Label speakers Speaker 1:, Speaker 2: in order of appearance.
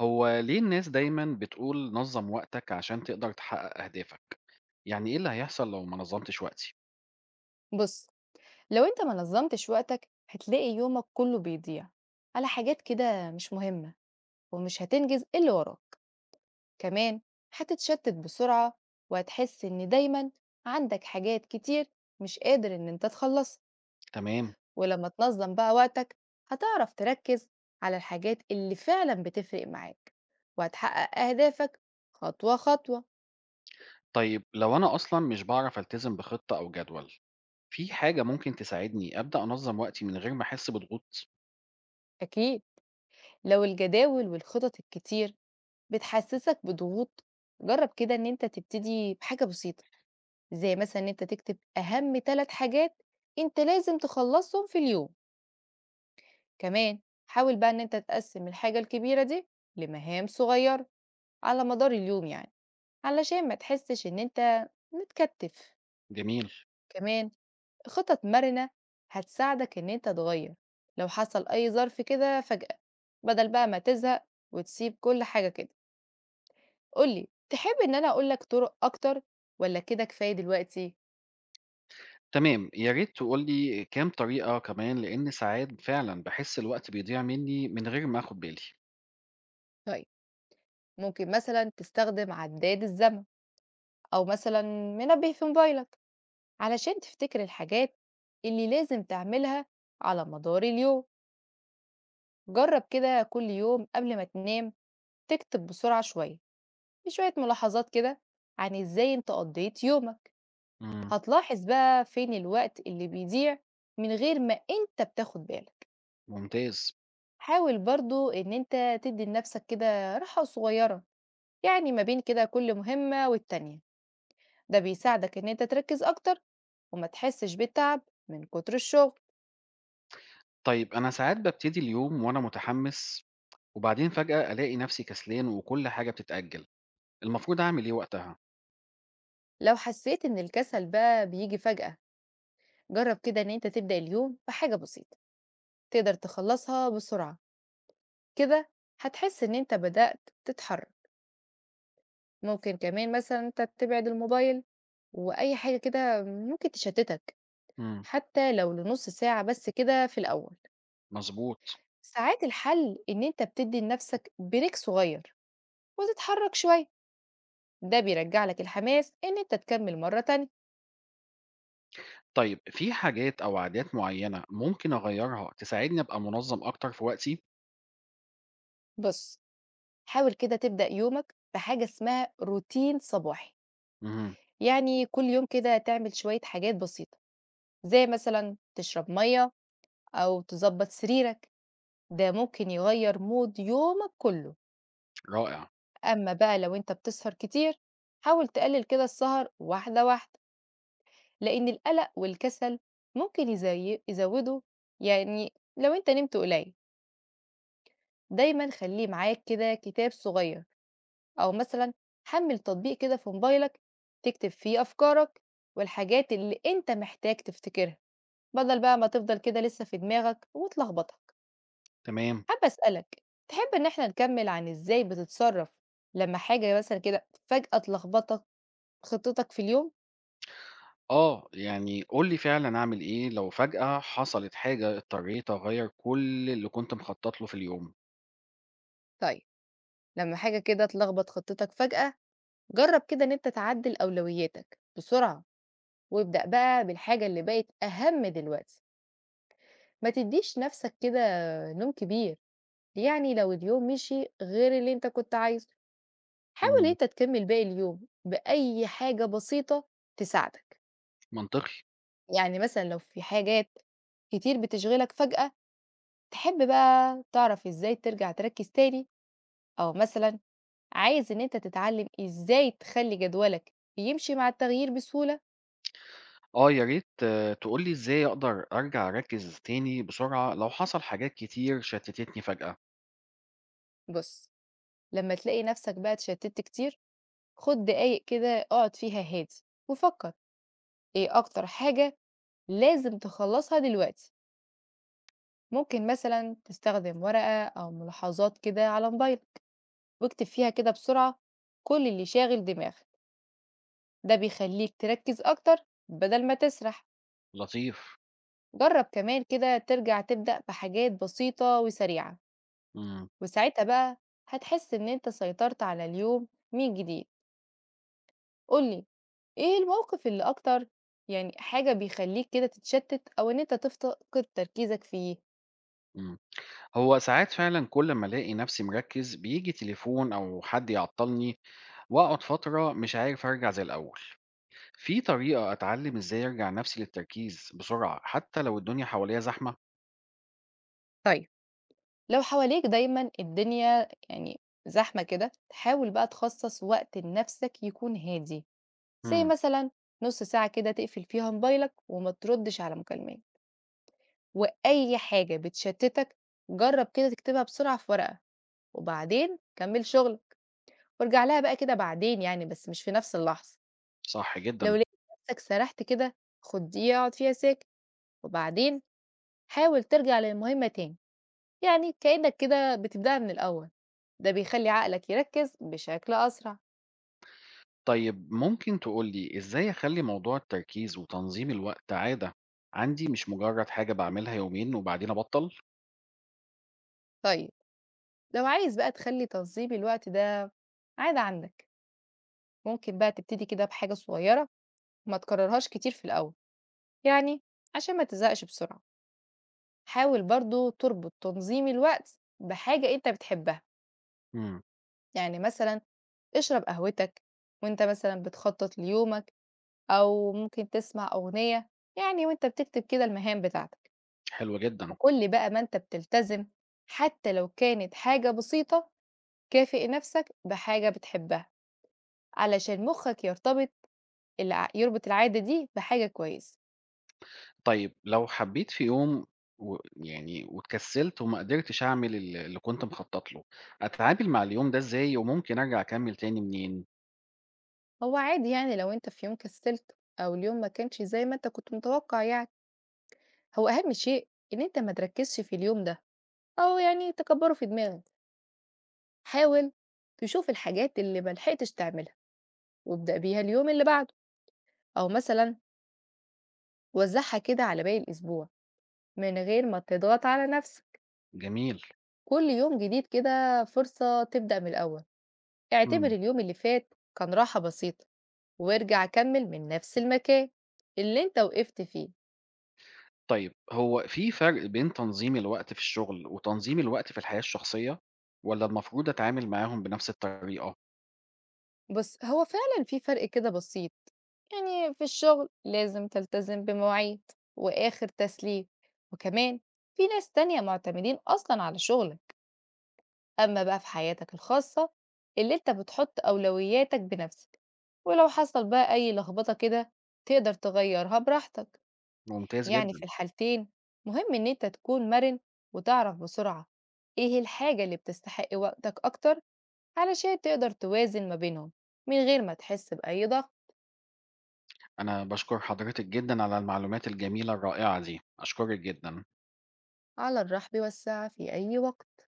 Speaker 1: هو ليه الناس دايمًا بتقول نظّم وقتك عشان تقدر تحقق أهدافك؟ يعني إيه اللي هيحصل لو ما نظمتش وقتي؟
Speaker 2: بُص، لو أنت ما نظّمتش وقتك، هتلاقي يومك كُلّه بيضيع على حاجات كده مش مهمة ومش هتنجز اللي وراك، كمان هتتشتت بسرعة وهتحس إن دايمًا عندك حاجات كتير مش قادر إن أنت تخلّصها،
Speaker 1: تمام.
Speaker 2: ولمّا تنظّم بقى وقتك هتعرف تركّز على الحاجات اللي فعلًا بتفرق معاك، وهتحقق أهدافك خطوة، خطوة.
Speaker 1: طيب لو أنا أصلًا مش باعرف ألتزم بخطة أو جدول، في حاجة ممكن تساعدني أبدأ أنظم وقتي من غير ما أحس بضغوط؟
Speaker 2: أكيد لو الجداول والخطط الكتير بتحسسك بضغوط، جرّب كده إن أنت تبتدي بحاجة بسيطة، زي مثلًا إن أنت تكتب أهم 3 حاجات أنت لازم تخلّصهم في اليوم، كمان حاول بقى إن أنت تقسّم الحاجة الكبيرة دي لمهام صغيّرة على مدار اليوم يعني، علشان ما تحسّش إن أنت متكتّف،
Speaker 1: جميل.
Speaker 2: كمان خطط مرنة هتساعدك إن أنت تغيّر لو حصل أي ظرف كده فجأة، بدل بقى ما تزهق وتسيب كل حاجة كده. قُل لي، تحب إن أنا أقول لك طُرق أكتر والّا كده كفاية دلوقتي؟
Speaker 1: تمام، يا ريت تقول لي كام طريقة كمان لإن ساعات فعلًا باحس الوقت بيضيع مني من غير ما آخد بالي.
Speaker 2: طيب، ممكن مثلًا تستخدم عداد الزمن أو مثلًا منبه في موبايلك علشان تفتكر الحاجات اللي لازم تعملها على مدار اليوم. جرّب كده كل يوم قبل ما تنام تكتب بسرعة شوية، شوية ملاحظات كده عن إزاي أنت قضّيت يومك،
Speaker 1: إمم.
Speaker 2: هتلاحظ بقى فين الوقت اللي بيضيع من غير ما أنت بتاخد بالك.
Speaker 1: ممتاز.
Speaker 2: حاول برضه إن أنت تدّي لنفسك كده راحة صغيرة. يعني ما بين كده كل مهمة والتانية ده بيساعدك إن أنت تركز أكتر وما تحسش بالتعب من كتر الشغل.
Speaker 1: طيب أنا ساعات بابتدي اليوم وأنا متحمس وبعدين فجأة ألاقي نفسي كسلان وكل حاجة بتتأجل. المفروض أعمل إيه وقتها؟
Speaker 2: لو حسيت إن الكسل بقى بيجي فجأة جرب كده إن أنت تبدأ اليوم بحاجة بسيطة تقدر تخلصها بسرعة، كده هتحس إن أنت بدأت تتحرك. ممكن كمان مثلا أنت تبعد الموبايل وأي حاجة كده ممكن تشتتك
Speaker 1: إمم.
Speaker 2: حتى لو لنص ساعة بس كده في الأول.
Speaker 1: مضبوط.
Speaker 2: ساعات الحل إن أنت بتدي لنفسك بريك صغير وتتحرك شوية، ده بيرجع لك الحماس إن أنت تكمل مرة تانية.
Speaker 1: طيب في حاجات أو عادات معيّنة ممكن أغيّرها تساعدني أبقى منظّم أكتر في وقتي؟
Speaker 2: بص، حاول كده تبدأ يومك بحاجة اسمها روتين صباحي،
Speaker 1: اهم.
Speaker 2: يعني كل يوم كده تعمل شوية حاجات بسيطة زي مثلا تشرب مية أو تظبط سريرك، ده ممكن يغير مود يومك كله.
Speaker 1: رائع.
Speaker 2: أما بقى لو أنت بتسهر كتير حاول تقلل كده السهر واحدة واحدة، لأن القلق والكسل ممكن يزودوا. يعني لو أنت نمت قليل دايما خليه معاك كده كتاب صغير أو مثلًا حمّل تطبيق كده في موبايلك تكتب فيه أفكارك والحاجات اللي أنت محتاج تفتكرها، بدل بقى ما تفضل كده لسه في دماغك وتلخبطك.
Speaker 1: تمام.
Speaker 2: حابة أسألك، تحب إن إحنا نكمّل عن إزاي بتتصرّف لمّا حاجة مثلًا كده فجأة تلخبطك خطتك في اليوم؟
Speaker 1: آه، يعني قُل لي فعلًا أعمل إيه لو فجأة حصلت حاجة اضطريت أغيّر كل اللي كنت مخطط له في اليوم.
Speaker 2: طيب، لمّا حاجة كده تلخبط خطتك فجأة، جرّب كده إن أنت تعدِّل أولوياتك بسرعة وابدأ بقى بالحاجة اللي بقت أهم دلوقتي، ما تدّيش نَفْسك كده نوم كبير. يعني لو اليوم مشي غير اللي أنت كنت عايزه، حاول
Speaker 1: إمم.
Speaker 2: أنت تكمّل باقي اليوم بأي حاجة بسيطة تساعدك،
Speaker 1: منطقي.
Speaker 2: يعني مثلًا لو في حاجات كتير بتشغلك فجأة، تحب بقى تعرف إزاي ترجع تركّز تاني، أو مثلًا عايز إن أنت تتعلّم إزاي تخلّي جدولك يمشي مع التغيير بسهولة؟
Speaker 1: آه، يا ريت تقول لي إزاي أقدر أرجع أركّز تاني بسرعة لو حصل حاجات كتير شتتتني فجأة.
Speaker 2: بُص، لمّا تلاقي نَفْسك بقى اتشتِّت كتير، خُد دقايق كده اقعد فيها هادي وفكّر إيه أكتر حاجة لازم تخلّصها دلوقتي. ممكن مثلا تستخدم ورقة أو ملاحظات كده على موبايلك واكتب فيها كده بسرعة كل اللي شاغل دماغك، ده بيخليك تركز أكتر بدل ما تسرح.
Speaker 1: لطيف.
Speaker 2: جرب كمان كده ترجع تبدأ بحاجات بسيطة وسريعة،
Speaker 1: إمم.
Speaker 2: وساعتها بقى هتحس إن أنت سيطرت على اليوم من جديد. قولي إيه الموقف اللي أكتر، يعني حاجة بيخليك كده تتشتت أو إن أنت تفقد تركيزك فيه؟
Speaker 1: إمم. هو ساعات فعلا كل ما الاقي نفسي مركز بيجي تليفون او حد يعطلني، واقعد فترة مش عارف ارجع زي الاول. في طريقة اتعلم ازاي ارجع نفسي للتركيز بسرعة حتى لو الدنيا حواليا زحمة؟
Speaker 2: طيب لو حواليك دايما الدنيا يعني زحمة كده حاول بقى تخصص وقت لنفسك يكون هادي، زي
Speaker 1: امم.
Speaker 2: مثلا نص ساعة كده تقفل فيها موبايلك وما تردش على مكالمات، وأي حاجة بتشتتك جرب كده تكتبها بسرعة في ورقة وبعدين كمل شغل، وارجع لها بقى كده بعدين يعني بس مش في نفس اللحظة.
Speaker 1: صح
Speaker 2: لو
Speaker 1: جدا.
Speaker 2: لقيت نفسك سرحت كده خد دقيقة اقعد فيها ساكت، وبعدين حاول ترجع للمهمة تاني، يعني كأنك كده بتبدأها من الأول، ده بيخلي عقلك يركز بشكل أسرع.
Speaker 1: طيب ممكن تقولي ازاي اخلي موضوع التركيز وتنظيم الوقت عادة عندي، مش مجرد حاجة بعملها يومين وبعدين ابطل؟
Speaker 2: طيب لو عايز بقى تخلي تنظيم الوقت ده عادة عندك، ممكن بقى تبتدي كده بحاجة صغيرة ما تكررهاش كتير في الأول، يعني عشان ما تزهقش بسرعة. حاول برضو تربط تنظيم الوقت بحاجة أنت بتحبها،
Speaker 1: امم.
Speaker 2: يعني مثلا اشرب قهوتك وانت مثلا بتخطط ليومك، أو ممكن تسمع أغنية يعني وانت بتكتب كده المهام بتاعتك.
Speaker 1: حلو جدا.
Speaker 2: وكل بقى ما أنت بتلتزم حتى لو كانت حاجة بسيطة كافئ نفسك بحاجة بتحبها، علشان مخك يرتبط، يربط العادة دي بحاجة كويس.
Speaker 1: طيب لو حبيت في يوم و يعني واتكسّلت وما قدرتش أعمل اللي كنت مخطّط له، أتعامل مع اليوم ده إزاي وممكن أرجع أكمّل تاني منين؟
Speaker 2: هو عادي يعني لو أنت في يوم كسلت أو اليوم ما كانش زي ما أنت كنت متوقع، يعني هو أهم شيء إن أنت ما تركزش في اليوم ده أو يعني تكبره في دماغك. حاول تشوف الحاجات اللي ما لحقتش تعملها وابدأ بيها اليوم اللي بعده، أو مثلا وزعها كده على باقي الأسبوع من غير ما تضغط على نفسك.
Speaker 1: جميل.
Speaker 2: كل يوم جديد كده فرصة تبدأ من الأول، اعتبر
Speaker 1: إمم.
Speaker 2: اليوم اللي فات كان راحة بسيطة وارجع كمل من نفس المكان اللي انت وقفت فيه.
Speaker 1: طيب هو في فرق بين تنظيم الوقت في الشغل وتنظيم الوقت في الحياة الشخصية، والّا المفروض أتعامل معاهم بنفس الطريقة؟
Speaker 2: بس هو فعلا في فرق كده بسيط، يعني في الشغل لازم تلتزم بمواعيد وآخر تسليم، وكمان في ناس تانية معتمدين أصلا على شغلك. أما بقى في حياتك الخاصة اللي انت بتحط أولوياتك بنفسك، ولو حصل بقى أي لخبطة كده تقدر تغيرها براحتك.
Speaker 1: ممتاز
Speaker 2: يعني في
Speaker 1: جدًا.
Speaker 2: الحالتين مهم إن أنت تكون مرن وتعرف بسرعة إيه الحاجة اللي بتستحق وقتك أكتر، علشان تقدر توازن ما بينهم من غير ما تحس بأي ضغط.
Speaker 1: أنا باشكر حضرتِك جدًا على المعلومات الجميلة الرائعة دي، أشكرِك جدًا.
Speaker 2: على الرحب والسعة في أي وقت.